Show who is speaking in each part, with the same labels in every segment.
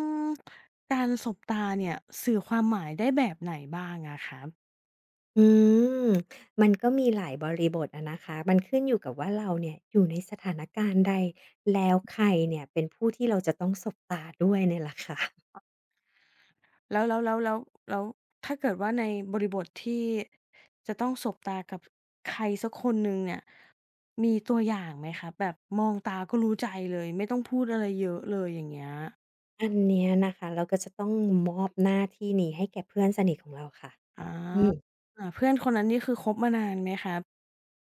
Speaker 1: อืมการสบตาเนี่ยสื่อความหมายได้แบบไหนบ้างอะครับ
Speaker 2: อืมมันก็มีหลายบริบทอะนะคะมันขึ้นอยู่กับว่าเราเนี่ยอยู่ในสถานการณ์ใดแล้วใครเนี่ยเป็นผู้ที่เราจะต้องสบตาด้วยเนี่ยแหละค่ะ
Speaker 1: แล้วแล้วแล้วแล้วแล้วถ้าเกิดว่าในบริบทที่จะต้องสบตากับใครสักคนหนึ่งเนี่ยมีตัวอย่างไหมครับแบบมองตาก็รู้ใจเลยไม่ต้องพูดอะไรเยอะเลยอย่างเงี้ย
Speaker 2: อันเนี้ยนะคะเราก็จะต้องมอบหน้าที่นี้ให้แก่เพื่อนสนิทของเราค่ะ
Speaker 1: อา
Speaker 2: อืม
Speaker 1: อาเพื่อนคนนั้นนี่คือคบมานานไหมครับ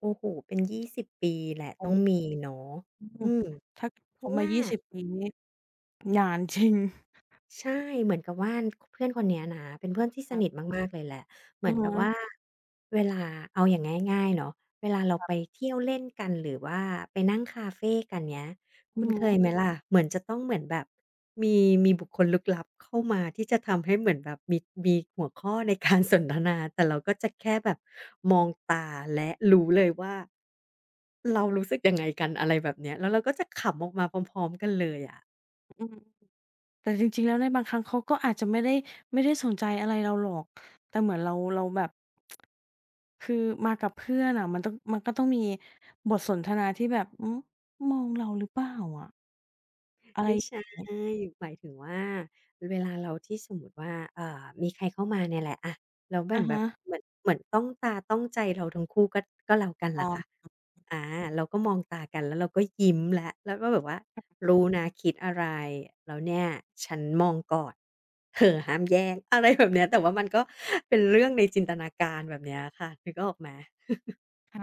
Speaker 2: โอ้โฮเป็น20ปีแหละ
Speaker 1: โอ้
Speaker 2: ต้อ
Speaker 1: โ
Speaker 2: งมีเนาะ
Speaker 1: ฮ
Speaker 2: อืม
Speaker 1: ถ้าค
Speaker 2: เพราะ
Speaker 1: บมา
Speaker 2: ว่า
Speaker 1: 20 ปีนี่นานจริง
Speaker 2: ใช่เหมือนกับว่าเพื่อนคนเนี้ยนะเป็นเพื่อนที่ส
Speaker 1: ครั
Speaker 2: นิท
Speaker 1: บ
Speaker 2: มากๆเลยแหละเหมื
Speaker 1: อะ
Speaker 2: อน
Speaker 1: ฮะ
Speaker 2: กับว่าเวลาเอาอย่างง่ายๆเนาะเวลาเราไปเที่ยวเล่นกันหรือว่าไปนั่งคาเฟกันเงี้ย
Speaker 1: อื
Speaker 2: คุ
Speaker 1: อ
Speaker 2: ณเคย
Speaker 1: ฮึ
Speaker 2: ไหมล่ะเหมือนจะต้องเหมือนแบบมีมีบุคคลลึกลับเข้ามาที่จะทำให้เหมือนแบบมีหัวข้อในการสนทนาแต่เราก็จะแค่แบบมองตาและรู้เลยว่าเรารู้สึกยังไงกันอะไรแบบเนี้ยแล้วเราก็จะขำออกมาพร้อมๆกันเลยอะ
Speaker 1: อือ แต่จริงๆแล้วในบางครั้งเขาก็อาจจะไม่ได้สนใจอะไรเราหรอก แต่เหมือนเราแบบคือมากับเพื่อนอะมันก็ต้องมีบทสนทนาที่แบบมองเราหรือเปล่าอะอะไร
Speaker 2: ไม่
Speaker 1: อย่า
Speaker 2: ใช่
Speaker 1: งงี้
Speaker 2: หมายถึงว่าเวลาเราที่สมมุติว่ามีใครเข้ามาเนี่ยแหละอะแล้วเหมือ
Speaker 1: อะ
Speaker 2: นแบ
Speaker 1: ฮะ
Speaker 2: บเหมือนต้องตาต้องใจเราทั้งคู่ก็ก็แล้วกัน
Speaker 1: อ๋
Speaker 2: ล่ะค่ะ
Speaker 1: อ
Speaker 2: อาเราก็มองตากันแล้วเราก็ยิ้มแล้วก็แบบว่ารู้นะคิดอะไรแล้วเนี่ยฉันมองก่อน เธอห้ามแย่งอะไรแบบเนี้ยแต่ว่ามันก็เป็นเรื่องในจินตนาการแบบเนี้ยค่ะนึกออกไหม
Speaker 1: ค่ะ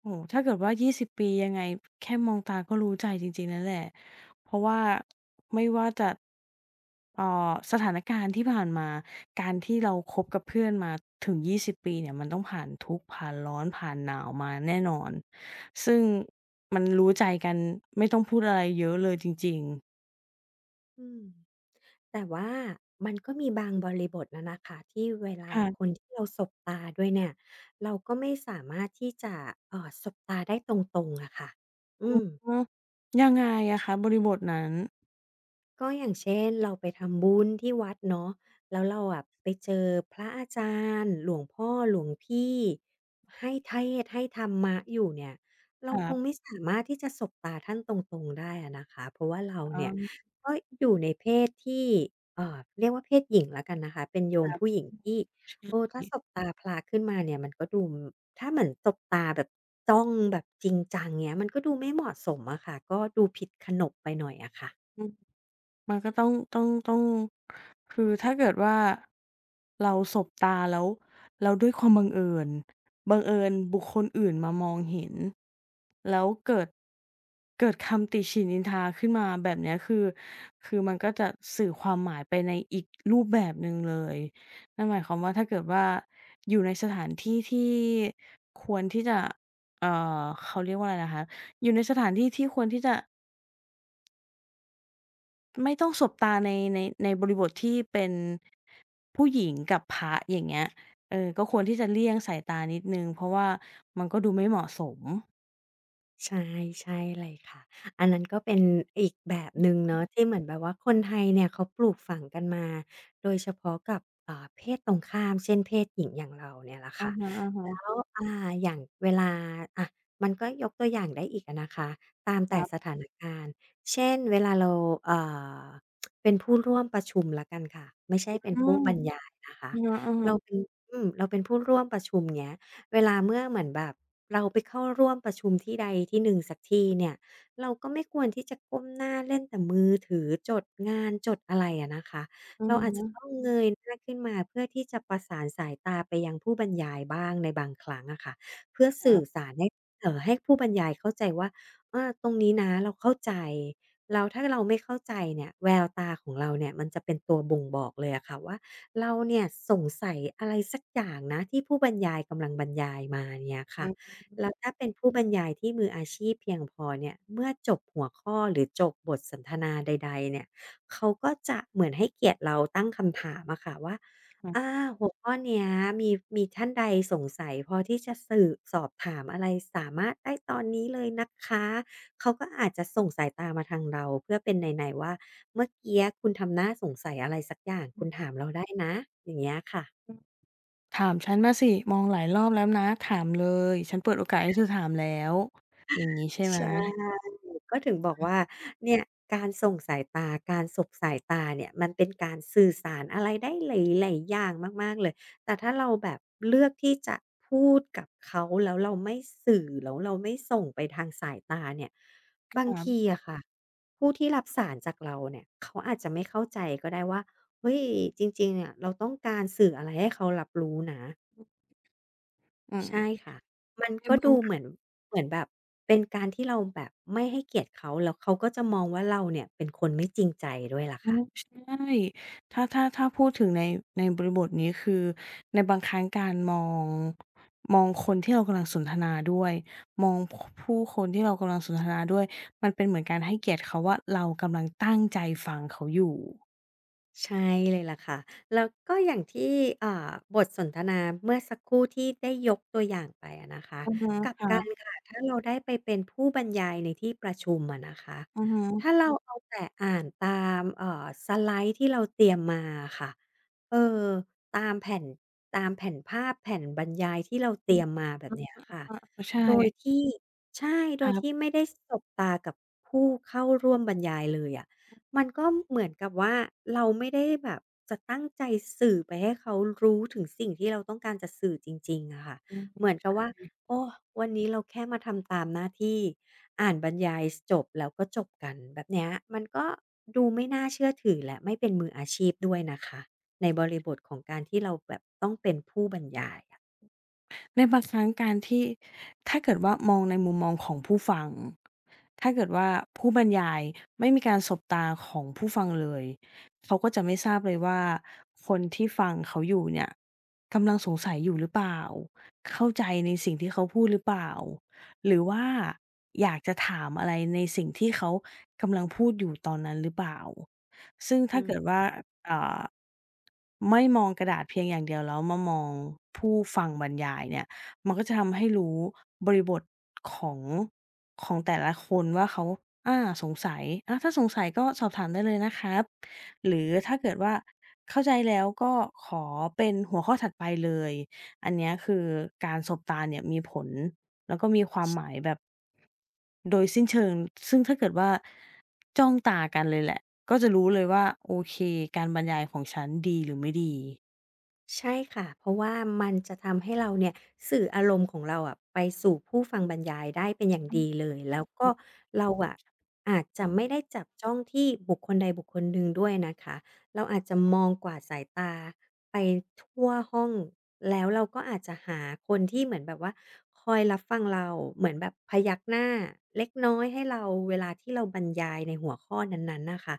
Speaker 1: โอ้โฮถ้าเกิดว่า 20 ปียังไงแค่มองตาก็รู้ใจจริงๆ นั่นแหละ เพราะว่าไม่ว่าจะเอ่อสถานการณ์ที่ผ่านมา การที่เราคบกับเพื่อนมาถึง 20 ปีเนี่ย มันต้องผ่านทุกข์ผ่านร้อนผ่านหนาวมาแน่นอน ซึ่งมันรู้ใจกันไม่ต้องพูดอะไรเยอะเลยจริงๆ
Speaker 2: อืมแต่ว่ามันก็มีบางบริบทนะนะคะที่เวลาคน
Speaker 1: ค่ะ
Speaker 2: ที่เราสบตาด้วยเนี่ยเราก็ไม่สามารถที่จะสบตาได้ตรงๆอะค่ะอืม
Speaker 1: เนาะยังไงอะคะบริบทนั้น
Speaker 2: ก็อย่างเช่นเราไปทำบุญที่วัดเนาะแล้วเราอะไปเจอพระอาจารย์หลวงพ่อหลวงพี่ให้เทศน์ให้ธรรมะอยู่เนี่ยเรา
Speaker 1: ค
Speaker 2: ค
Speaker 1: รั
Speaker 2: งไม่
Speaker 1: บ
Speaker 2: สามารถที่จะสบตาท่านตรงๆได้อะนะคะเพราะว่าเรา
Speaker 1: อ๋อ
Speaker 2: เนี่ยก็อยู่ในเพศที่เรียกว่าเพศหญิงแล้วกันนะคะเป็นโย
Speaker 1: ค
Speaker 2: ม
Speaker 1: รับ
Speaker 2: ผู้หญิงที่
Speaker 1: ใช
Speaker 2: เออถ้าสบ
Speaker 1: ่
Speaker 2: ตาพระขึ้นมาเนี่ยมันก็ดูถ้าเหมือนสบตาแบบจ้องแบบจริงจังเงี้ยมันก็ดูไม่เหมาะสมอะค่ะก็ดูผิดขนบไปหน่อยอะค่ะ
Speaker 1: อืม มันก็ต้องคือถ้าเกิดว่าเราสบตาแล้วแล้วด้วยความบังเอิญบุคคลอื่นมามองเห็นแล้วเกิดคำติฉินนินทาขึ้นมาแบบเนี้ยคือมันก็จะสื่อความหมายไปในอีกรูปแบบหนึ่งเลยนั่นหมายความว่าถ้าเกิดว่าอยู่ในสถานที่ที่ควรที่จะเอ่อเขาเรียกว่าอะไรนะคะอยู่ในสถานที่ที่ควรที่จะ ไม่ต้องสบตาในในบริบทที่เป็นผู้หญิงกับพระอย่างเงี้ยก็ควรที่จะเลี่ยงสายตานิดหนึ่งเพราะว่ามันก็ดูไม่เหมาะสม
Speaker 2: ใช่ใช่เลยค่ะอันนั้นก็เป็นอีกแบบหนึ่งเนาะที่เหมือนแบบว่าคนไทยเนี่ยเขาปลูกฝังกันมาโดยเฉพาะกับเพศตรงข้ามเช่นเพศหญิงอย่างเราเนี่ยแหละ
Speaker 1: อะ
Speaker 2: ค่ะแล้ว
Speaker 1: ฮะ
Speaker 2: อ่าอย่างเวลาอะมันก็ยกตัวอย่างได้อีกอะนะคะตาม
Speaker 1: ๆค
Speaker 2: แต่
Speaker 1: รั
Speaker 2: ส
Speaker 1: บ
Speaker 2: ถานการณ์เช่นเวลาเราเอ่อเป็นผู้ร่วมประชุมแล้วกันค่ะไม่ใช่
Speaker 1: อื
Speaker 2: เป็นผู้
Speaker 1: ม
Speaker 2: บรรยายนะคะ
Speaker 1: อือฮึ
Speaker 2: เราเป็น
Speaker 1: ๆ
Speaker 2: อืมเราเป็นผู้ร่วมประชุมเงี้ย เวลาเมื่อเหมือนแบบเราไปเข้าร่วมประชุมที่ใดที่หนึ่งสักที่เนี่ยเราก็ไม่ควรที่จะก้มหน้าเล่นแต่มือถือจดงานจดอะไรอะนะคะ
Speaker 1: อือ
Speaker 2: เรา
Speaker 1: ฮึ
Speaker 2: อาจจะต้องเงยหน้าขึ้นมาเพื่อที่จะประสานสายตาไปยังผู้บรรยายบ้างในบางครั้งอะค่ะเพื่อ
Speaker 1: ค
Speaker 2: สื่
Speaker 1: รั
Speaker 2: อ
Speaker 1: บ
Speaker 2: สารให้ให้ผู้บรรยายเข้าใจว่าอาตรงนี้นะเราเข้าใจแล้วถ้าเราไม่เข้าใจเนี่ยแววตาของเราเนี่ยมันจะเป็นตัวบ่งบอกเลยอะค่ะว่า เราเนี่ยสงสัยอะไรสักอย่างนะที่ผู้บรรยายกำลังบรรยายมาเนี่ยค่ะ
Speaker 1: อือ
Speaker 2: แล้วถ้าเป็นผู้บรรยายที่มืออาชีพเพียงพอเนี่ยเมื่อจบหัวข้อหรือจบบทสนทนาใดๆเนี่ยเขาก็จะเหมือนให้เกียรติเราตั้งคำถามอะค่ะว่า
Speaker 1: ฮึ
Speaker 2: อาหัวข้อเนี้ยมีมีท่านใดสงสัยพอที่จะสืบสอบถามอะไรสามารถได้ตอนนี้เลยนะคะเขาก็อาจจะส่งสายตามาทางเราเพื่อเป็นนัยๆว่า เมื่อกี้คุณทำหน้าสงสัยอะไรสักอย่างคุณถามเราได้นะอย่างเงี้ยค่ะ
Speaker 1: ถามฉันมาสิมองหลายรอบแล้วนะถามเลยฉันเปิดโอกาสให้เธอถามแล้วอย่างงี้ใช่ไหม
Speaker 2: ใช่ก็ถึงบอกว่าเนี่ยการส่งสายตาการสบสายตาเนี่ยมันเป็นการสื่อสารอะไรได้หลายๆอย่างมากๆเลยแต่ถ้าเราแบบเลือกที่จะพูดกับเขาแล้วเราไม่สื่อแล้วเราไม่ส่งไปทางสายตาเนี่ยบา
Speaker 1: ค
Speaker 2: ง
Speaker 1: รั
Speaker 2: ที
Speaker 1: บ
Speaker 2: อะค่ะผู้ที่รับสารจากเราเนี่ยเขาอาจจะไม่เข้าใจก็ได้ว่าเฮ้ยจริงๆอะเราต้องการสื่ออะไรให้เขารับรู้นะ
Speaker 1: อื
Speaker 2: ใช่
Speaker 1: ม
Speaker 2: ค่ะ มัน
Speaker 1: ใน
Speaker 2: ก็
Speaker 1: บา
Speaker 2: ดู
Speaker 1: ง
Speaker 2: เหมือนเหมือนแบบเป็นการที่เราแบบไม่ให้เกียรติเขาแล้วเขาก็จะมองว่าเราเนี่ยเป็นคนไม่จริงใจด้วยล่ะ
Speaker 1: อื
Speaker 2: ค่ะ
Speaker 1: มใช่ถ้าพูดถึงในบริบทนี้คือในบางครั้งการงมองคนที่เรากำลังสนทนาด้วยมองคผู้คนที่เรากำลังสนทนาด้วยมันเป็นเหมือนการให้เกียรติเขาว่าเรากำลังตั้งใจฟังเขาอยู่
Speaker 2: ใช่เลยล่ะค่ะแล้วก็อย่างที่อ่าบทสนทนาเมื่อสักครู่ที่ได้ยกตัวอย่างไปอะนะคะ
Speaker 1: อือฮึ
Speaker 2: กับ
Speaker 1: ครั
Speaker 2: กัน
Speaker 1: บ
Speaker 2: ค่ะถ้าเราได้ไปเป็นผู้บรรยายในที่ประชุมอะนะคะ
Speaker 1: อือฮึ
Speaker 2: ถ้าเราเอาแต่อ่านตามสไลด์ที่เราเตรียมมาค่ะเออตามแผ่นตามแผ่นภาพแผ่นบรรยายที่เราเต
Speaker 1: อื
Speaker 2: รี
Speaker 1: อ
Speaker 2: ยมมาแบบเนี้ยค่ะ
Speaker 1: เออใช่
Speaker 2: โดยที่ใช่โด
Speaker 1: ค
Speaker 2: ย
Speaker 1: รั
Speaker 2: ที่
Speaker 1: บ
Speaker 2: ไม่ได้สบตากับผู้เข้าร่วมบรรยายเลยอะ มันก็เหมือนกับว่าเราไม่ได้แบบจะตั้งใจสื่อไปให้เขารู้ถึงสิ่งที่เราต้องการจะสื่อจริงๆอะค่ะ
Speaker 1: อืม
Speaker 2: เหมือนกับว่าโอ้วันนี้เราแค่มาทำตามหน้าที่อ่านบรรยายจบแล้วก็จบกันแบบเนี้ยมันก็ดูไม่น่าเชื่อถือและไม่เป็นมืออาชีพด้วยนะคะในบริบทของการที่เราแบบต้องเป็นผู้บรรยายอะ
Speaker 1: ในบางครั้งการที่ถ้าเกิดว่ามองในมุมมองของผู้ฟังถ้าเกิดว่าผู้บรรยายไม่มีการสบตาของผู้ฟังเลยเขาก็จะไม่ทราบเลยว่าคนที่ฟังเขาอยู่เนี่ยกำลังสงสัยอยู่หรือเปล่าเข้าใจในสิ่งที่เขาพูดหรือเปล่าหรือว่าอยากจะถามอะไรในสิ่งที่เขากำลังพูดอยู่ตอนนั้นหรือเปล่า ซึ่งถ้า
Speaker 2: อืม
Speaker 1: เกิดว่าอ่าไม่มองกระดาษเพียงอย่างเดียวแล้วมามองผู้ฟังบรรยายเนี่ยมันก็จะทำให้รู้บริบทของแต่ละคนว่าเขาสงสัยถ้าสงสัยก็สอบถามได้เลยนะครับหรือถ้าเกิดว่าเข้าใจแล้วก็ขอเป็นหัวข้อถัดไปเลยอันเนี้ยคือการสบตาเนี่ยมีผลแล้วก็มีความหมายแบบโดยสิ้นเชิงซึ่งถ้าเกิดว่าจ้องตากันเลยแหละ ก็จะรู้เลยว่าโอเคการบรรยายของฉันดีหรือไม่ดี
Speaker 2: ใช่ค่ะเพราะว่ามันจะทำให้เราเนี่ยสื่ออารมณ์ของเราอะไปสู่ผู้ฟังบรรยายได้เป็นอย่าง
Speaker 1: อืม
Speaker 2: ดีเลย แล้วก็
Speaker 1: ค่ะ
Speaker 2: เราอะอาจจะไม่ได้จับจ้องที่บุคคลใดบุคคลหนึ่งด้วยนะคะ เราอาจจะมองกวาดสายตาไปทั่วห้อง แล้วเราก็อาจจะหาคนที่เหมือนแบบว่าคอยรับฟังเรา เหมือนแบบพยักหน้าเล็กน้อยให้เราเวลาที่เราบรรยายในหัวข้อนั้นๆนะคะ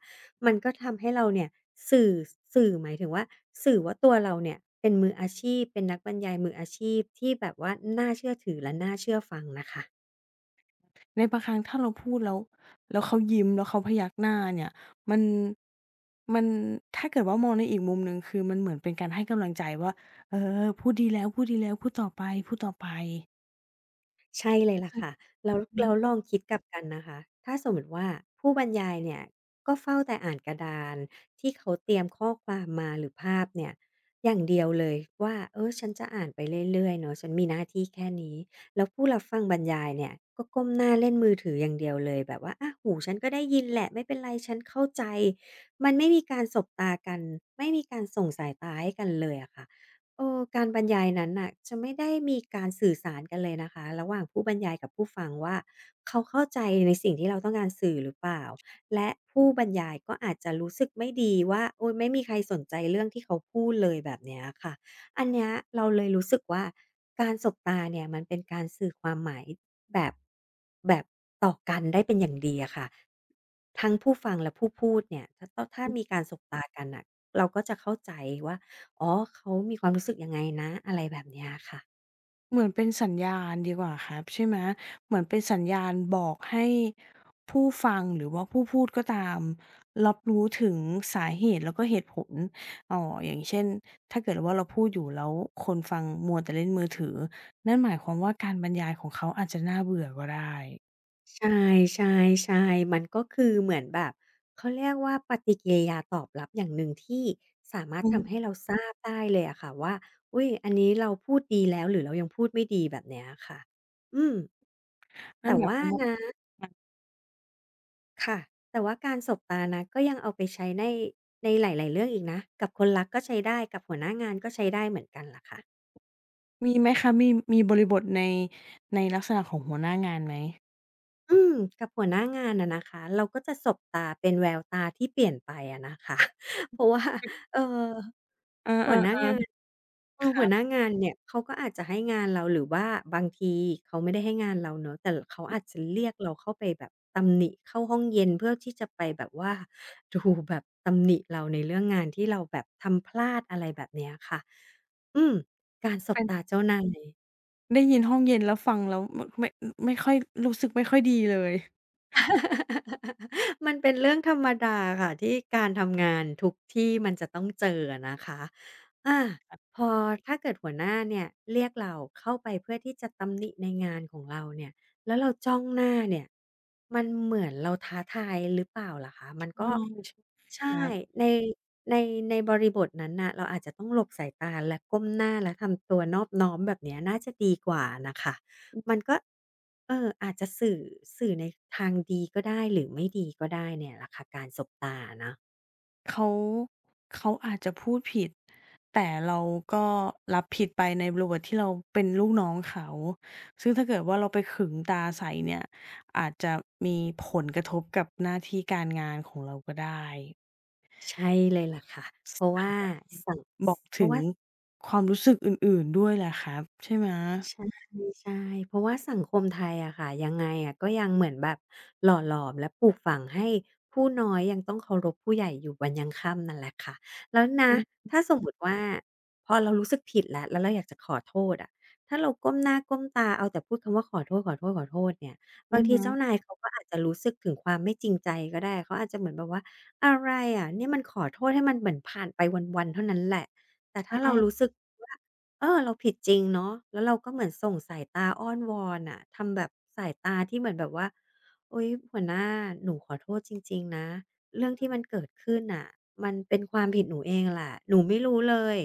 Speaker 2: มันก็ทำให้เราเนี่ยสื่อสื่อหมายถึงว่าสื่อว่าตัวเราเนี่ยเป็นมืออาชีพเป็นนักบรรยายมืออาชีพที่แบบว่าน่าเชื่อถือและน่าเชื่อฟังน่ะค่ะ
Speaker 1: ในบางครั้งถ้าเราพูดแล้วแล้วเขายิ้มแล้วเขาพยักหน้าเนี่ยมันมันถ้าเกิดว่ามองในอีกมุมหนึ่งคือมันเหมือนเป็นการให้กำลังใจว่าเออพูดดีแล้วพูดดีแล้วพูดต่อไปๆ
Speaker 2: ใช่เลยล่ะ
Speaker 1: ซึ่ง
Speaker 2: ค่ะแล้วลองคิดกลับกันนะคะถ้าสมมติว่าผู้บรรยายเนี่ยก็เฝ้าแต่อ่านกระดานที่เขาเตรียมข้อความมาหรือภาพเนี่ยอย่างเดียวเลยว่าเออฉันจะอ่านไปเรื่อยๆเนาะฉันมีหน้าที่แค่นี้แล้วผู้รับฟังบรรยายเนี่ยก็ก้มหน้าเล่นมือถืออย่างเดียวเลยแบบว่าอะหูฉันก็ได้ยินแหละไม่เป็นไรฉันเข้าใจมันไม่มีการสบตากันไม่มีการส่งสายตาให้กันเลยอะค่ะ เออการบรรยายนั้นน่ะจะไม่ได้มีการสื่อสารกันเลยนะคะระหว่างผู้บรรยายกับผู้ฟังว่าเขาเข้าใจในสิ่งที่เราต้องการสื่อหรือเปล่าและผู้บรรยายก็อาจจะรู้สึกไม่ดีว่าโอ๊ยไม่มีใครสนใจเรื่องที่เขาพูดเลยแบบเนี้ยค่ะอันเนี้ยเราเลยรู้สึกว่าการสบตาเนี่ยมันเป็นการสื่อความหมายแบบแบบต่อกันได้เป็นอย่างดีอะค่ะทั้งผู้ฟังและผู้พูดเนี่ยถ้ามีการสบตากันน่ะเราก็จะเข้าใจว่า อ๋อเขามีความรู้สึกยังไงนะอะไรแบบเนี้ยค่ะ
Speaker 1: เหมือนเป็นสัญญาณดีกว่าครับใช่ไหมเหมือนเป็นสัญญาณบอกให้ผู้ฟังหรือว่าผู้พูดก็ตามรับรู้ถึงสาเหตุแล้วก็เหตุผลเอ่ออย่างเช่นถ้าเกิดว่าเราพูดอยู่แล้วคนฟังมัวแต่เล่นมือถือนั่นหมายความว่าการบรรยายของเขาอาจจะน่าเบื่อก็ได้
Speaker 2: ใช่ๆๆมันก็คือเหมือนแบบเขาเรียกว่าปฏิกิริยาตอบรับอย่างหนึ่งที่สามารถ
Speaker 1: อื
Speaker 2: ทำให้
Speaker 1: ม
Speaker 2: เราทราบได้เลยอะค่ะว่าอุ๊ยอันนี้เราพูดดีแล้วหรือเรายังพูดไม่ดีแบบเนี้ยอะค่ะอืมแต่
Speaker 1: นั่นหมาย
Speaker 2: ว่า
Speaker 1: ความว่า
Speaker 2: นะ ค่ะแต่ว่าการสบตานะก็ยังเอาไปใช้ในในหลายๆเรื่องอีกนะกับคนรักก็ใช้ได้กับหัวหน้างานก็ใช้ได้เหมือนกันล่ะค่ะ
Speaker 1: มีไหมคะมีบริบทในลักษณะของหัวหน้างานไหม
Speaker 2: อืมกับหัวหน้างานอะนะคะเราก็จะสบตาเป็นแววตาที่เปลี่ยนไปอะนะคะ เพราะว่าเออ
Speaker 1: เ
Speaker 2: หัวหน้า
Speaker 1: ออ
Speaker 2: งานเอ
Speaker 1: ๆๆ
Speaker 2: อ
Speaker 1: ค
Speaker 2: หั
Speaker 1: รั
Speaker 2: วหน้า
Speaker 1: บ
Speaker 2: งานเนี่ยเขาก็อาจจะให้งานเราหรือว่าบางทีเขาไม่ได้ให้งานเราเนอะแต่เขาอาจจะเรียกเราเข้าไปแบบตำหนิเข้าห้องเย็นเพื่อที่จะไปแบบว่าดูแบบตำหนิเราในเรื่องงานที่เราแบบทำพลาดอะไรแบบเนี้ยค่ะอืมการสบ
Speaker 1: เป็น
Speaker 2: ตาเจ้านาย
Speaker 1: ได้ยินห้องเย็นแล้วฟังแล้วมไม่ไม่ค่อยรู้สึกไม่ค่อยดีเลย
Speaker 2: มันเป็นเรื่องธรรมดาค่ะที่การทำงานทุกที่มันจะต้องเจอนะคะอาพอถ้าเกิดหัวหน้าเนี่ยเรียกเราเข้าไปเพื่อที่จะตำหนิในงานของเราเนี่ยแล้วเราจ้องหน้าเนี่ยมันเหมือนเราท้าทายหรือเปล่าล่ะคะมัน
Speaker 1: อื
Speaker 2: ก็
Speaker 1: มใช่
Speaker 2: ใช่
Speaker 1: ครับ
Speaker 2: ในในในบริบทนั้นน่ะเราอาจจะต้องหลบสายตาและก้มหน้าและทำตัวนอบน้อมแบบเนี้ยน่าจะดีกว่านะคะ มันก็เอออาจจะสื่อในทางดีก็ได้หรือไม่ดีก็ได้เนี่ยแหละค่ะการสบตาอะเนาะ
Speaker 1: เขาเขาอาจจะพูดผิดแต่เราก็รับผิดไปในบรบทที่เราเป็นลูกน้องเขาซึ่งถ้าเกิดว่าเราไปขึงตาใส่เนี่ยอาจจะมีผลกระทบกับหน้าที่การงานของเราก็ได้
Speaker 2: ใช่เลยล่ะค่ะ
Speaker 1: ส
Speaker 2: เพราะ
Speaker 1: อาจ
Speaker 2: ว่า
Speaker 1: จะ
Speaker 2: สัง
Speaker 1: บอก
Speaker 2: เพ
Speaker 1: ถึ
Speaker 2: ราะ
Speaker 1: ง
Speaker 2: ว่า
Speaker 1: ความรู้สึกอื่นๆด้วยแหละครับใช่ไหม
Speaker 2: ใช่ใช่เพราะว่าสังคมไทยอะค่ะยังไงอะก็ยังเหมือนแบบหล่อหลอมและปลูกฝังให้ผู้น้อยยังต้องเคารพผู้ใหญ่อยู่วันยังค่ำนั่นแหละค่ะแล้วนะ
Speaker 1: อือ
Speaker 2: ถ้าสมมุติว่าพอเรารู้สึกผิดแล้วเราอยากจะขอโทษอะถ้าเราก้มหน้าก้มตาเอาแต่พูดคำว่าขอโทษๆๆเนี่ย
Speaker 1: อื
Speaker 2: บาง
Speaker 1: อ
Speaker 2: ที
Speaker 1: ฮึ
Speaker 2: เจ้านายเขาก็อาจจะรู้สึกถึงความไม่จริงใจก็ได้เขาอาจจะเหมือนแบบว่าอะไรอะเนี่ยมันขอโทษให้มันเหมือนผ่านไปวันๆเท่านั้นแหละแต่ถ้าเรารู้สึกว่า เออเราผิดจริงเนาะแล้วเราก็เหมือนส่งสายตาอ้อนวอนน่ะทำแบบสายตาที่เหมือนแบบว่าอุ๊ยหัวหน้าหนูขอโทษจริงๆนะเรื่องที่มันเกิดขึ้นน่ะมันเป็นความผิดหนูเองแหละหนูไม่รู้เลย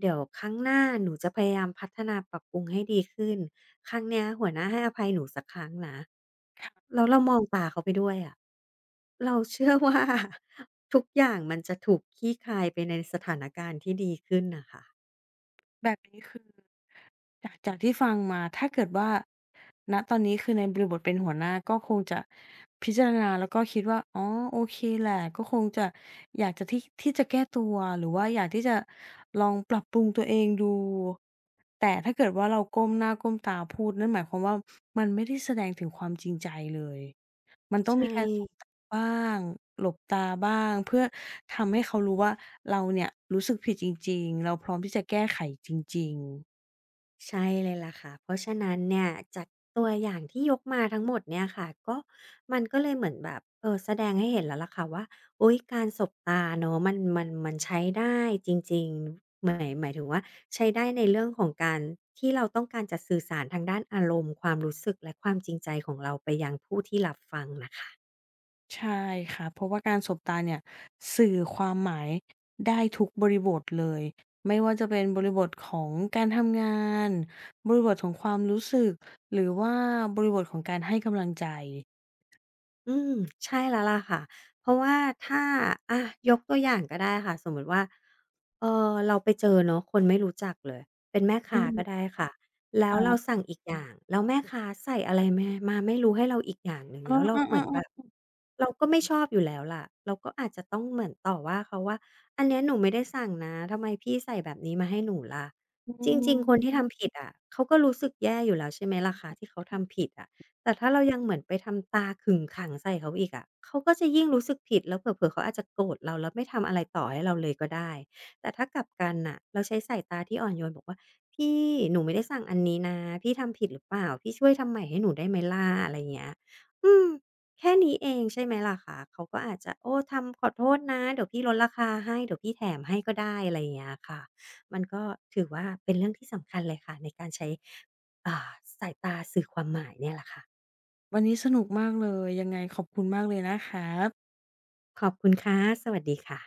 Speaker 2: เดี๋ยวครั้งหน้าหนูจะพยายามพัฒนาปรับปรุงให้ดีขึ้นครั้งเนี้ยหัวหน้าให้อภัยหนูสักครั้งนะแล้วเรามองตาเขาไปด้วยอะเราเชื่อว่า ทุกอย่างมันจะถูกคลี่คลายไปในสถานการณ์ที่ดีขึ้นน่ะค่ะ
Speaker 1: แบบนี้คือ จากที่ฟังมา ถ้าเกิดว่าณตอนนี้คือในบริบทเป็นหัวหน้าก็คงจะพิจารณาแล้วก็คิดว่าอ๋อโอเคแหละ ก็คงจะอยากจะที่ที่จะแก้ตัวหรือว่าอยากที่จะลองปรับปรุงตัวเองดู แต่ถ้าเกิดว่าเราก้มหน้าก้มตาพูดนั่นหมายความว่ามันไม่ได้แสดงถึงความจริงใจเลย มันต้อง
Speaker 2: ใช่
Speaker 1: มีการสบตาบ้างหลบตาบ้างเพื่อทำให้เขารู้ว่าเราเนี่ยรู้สึกผิดจริงๆเราพร้อมที่จะแก้ไขจริงๆ
Speaker 2: ใช่เลยล่ะค่ะเพราะฉะนั้นเนี่ยจากตัวอย่างที่ยกมาทั้งหมดเนี่ยค่ะก็มันก็เลยเหมือนแบบเออแสดงให้เห็นแล้วล่ะค่ะว่าโอ๊ยการสบตาเนาะมันใช้ได้จริงๆหมายถึงว่าใช้ได้ในเรื่องของการที่เราต้องการจะสื่อสารทางด้านอารมณ์ความรู้สึกและความจริงใจของเราไปยังผู้ที่รับฟังนะคะ
Speaker 1: ใช่ค่ะเพราะว่าการสบตาเนี่ยสื่อความหมายได้ทุกบริบทเลยไม่ว่าจะเป็นบริบทของการทำงานบริบทของความรู้สึกหรือว่าบริบทของการให้กำลังใจ
Speaker 2: อืมใช่แล้วล่ะค่ะเพราะว่าถ้าอะยกตัวอย่างก็ได้ค่ะสมมุติว่าเอ่อเราไปเจอเนาะคนไม่รู้จักเลยเป็นแม่
Speaker 1: อื
Speaker 2: ค้าก็ได้
Speaker 1: ม
Speaker 2: ค่ะแล้
Speaker 1: ค
Speaker 2: วเรา
Speaker 1: รั
Speaker 2: สั่
Speaker 1: บ
Speaker 2: งอีกอย่างแล้วแม่ค้าใส่อะไรแม่มาไม่รู้ให้เราอีกอย่างหนึ่ง
Speaker 1: เออ
Speaker 2: แล้วเราเหมือนแบ
Speaker 1: ๆ
Speaker 2: บ
Speaker 1: ๆๆ
Speaker 2: เราก็ไม่ชอบอยู่แล้วล่ะเราก็อาจจะต้องเหมือนต่อว่าเขาว่าอันเนี้ยหนูไม่ได้สั่งนะทำไมพี่ใส่แบบนี้มาให้หนูล่ะ
Speaker 1: อื
Speaker 2: จริ
Speaker 1: ม
Speaker 2: งๆคนที่ทำผิดอะเขาก็รู้สึกแย่อยู่แล้วใช่ไหมล่ะคะที่เขาทำผิดอะ แต่ถ้าเรายังเหมือนไปทำตาขึงขังใส่เขาอีกอะเขาก็จะยิ่งรู้สึกผิดแล้วเผลอๆเขาอาจจะโกรธเราแล้วไม่ทำอะไรต่อให้เราเลยก็ได้ แต่ถ้ากลับกันน่ะเราใช้สายตาที่อ่อนโยนบอกว่าพี่หนูไม่ได้สั่งอันนี้นะพี่ทำผิดหรือเปล่าพี่ช่วยทำใหม่ให้หนูได้ไหมล่ะอะไรอย่างเงี้ยอืมแค่นี้เองใช่ไหมล่ะคะเขาก็อาจจะโอ้ทำขอโทษนะเดี๋ยวพี่ลดราคาให้เดี๋ยวพี่แถมให้ก็ได้อะไรอย่างเงี้ยค่ะมันก็ถือว่าเป็นเรื่องที่สำคัญเลยค่ะในการใช้อ่าสายตาสื่อความหมายเนี่ยแหละค่ะ
Speaker 1: วันนี้สนุกมากเลยยังไงขอบคุณมากเลยนะครับ
Speaker 2: ขอบคุณค่ะสวัสดีค่ะ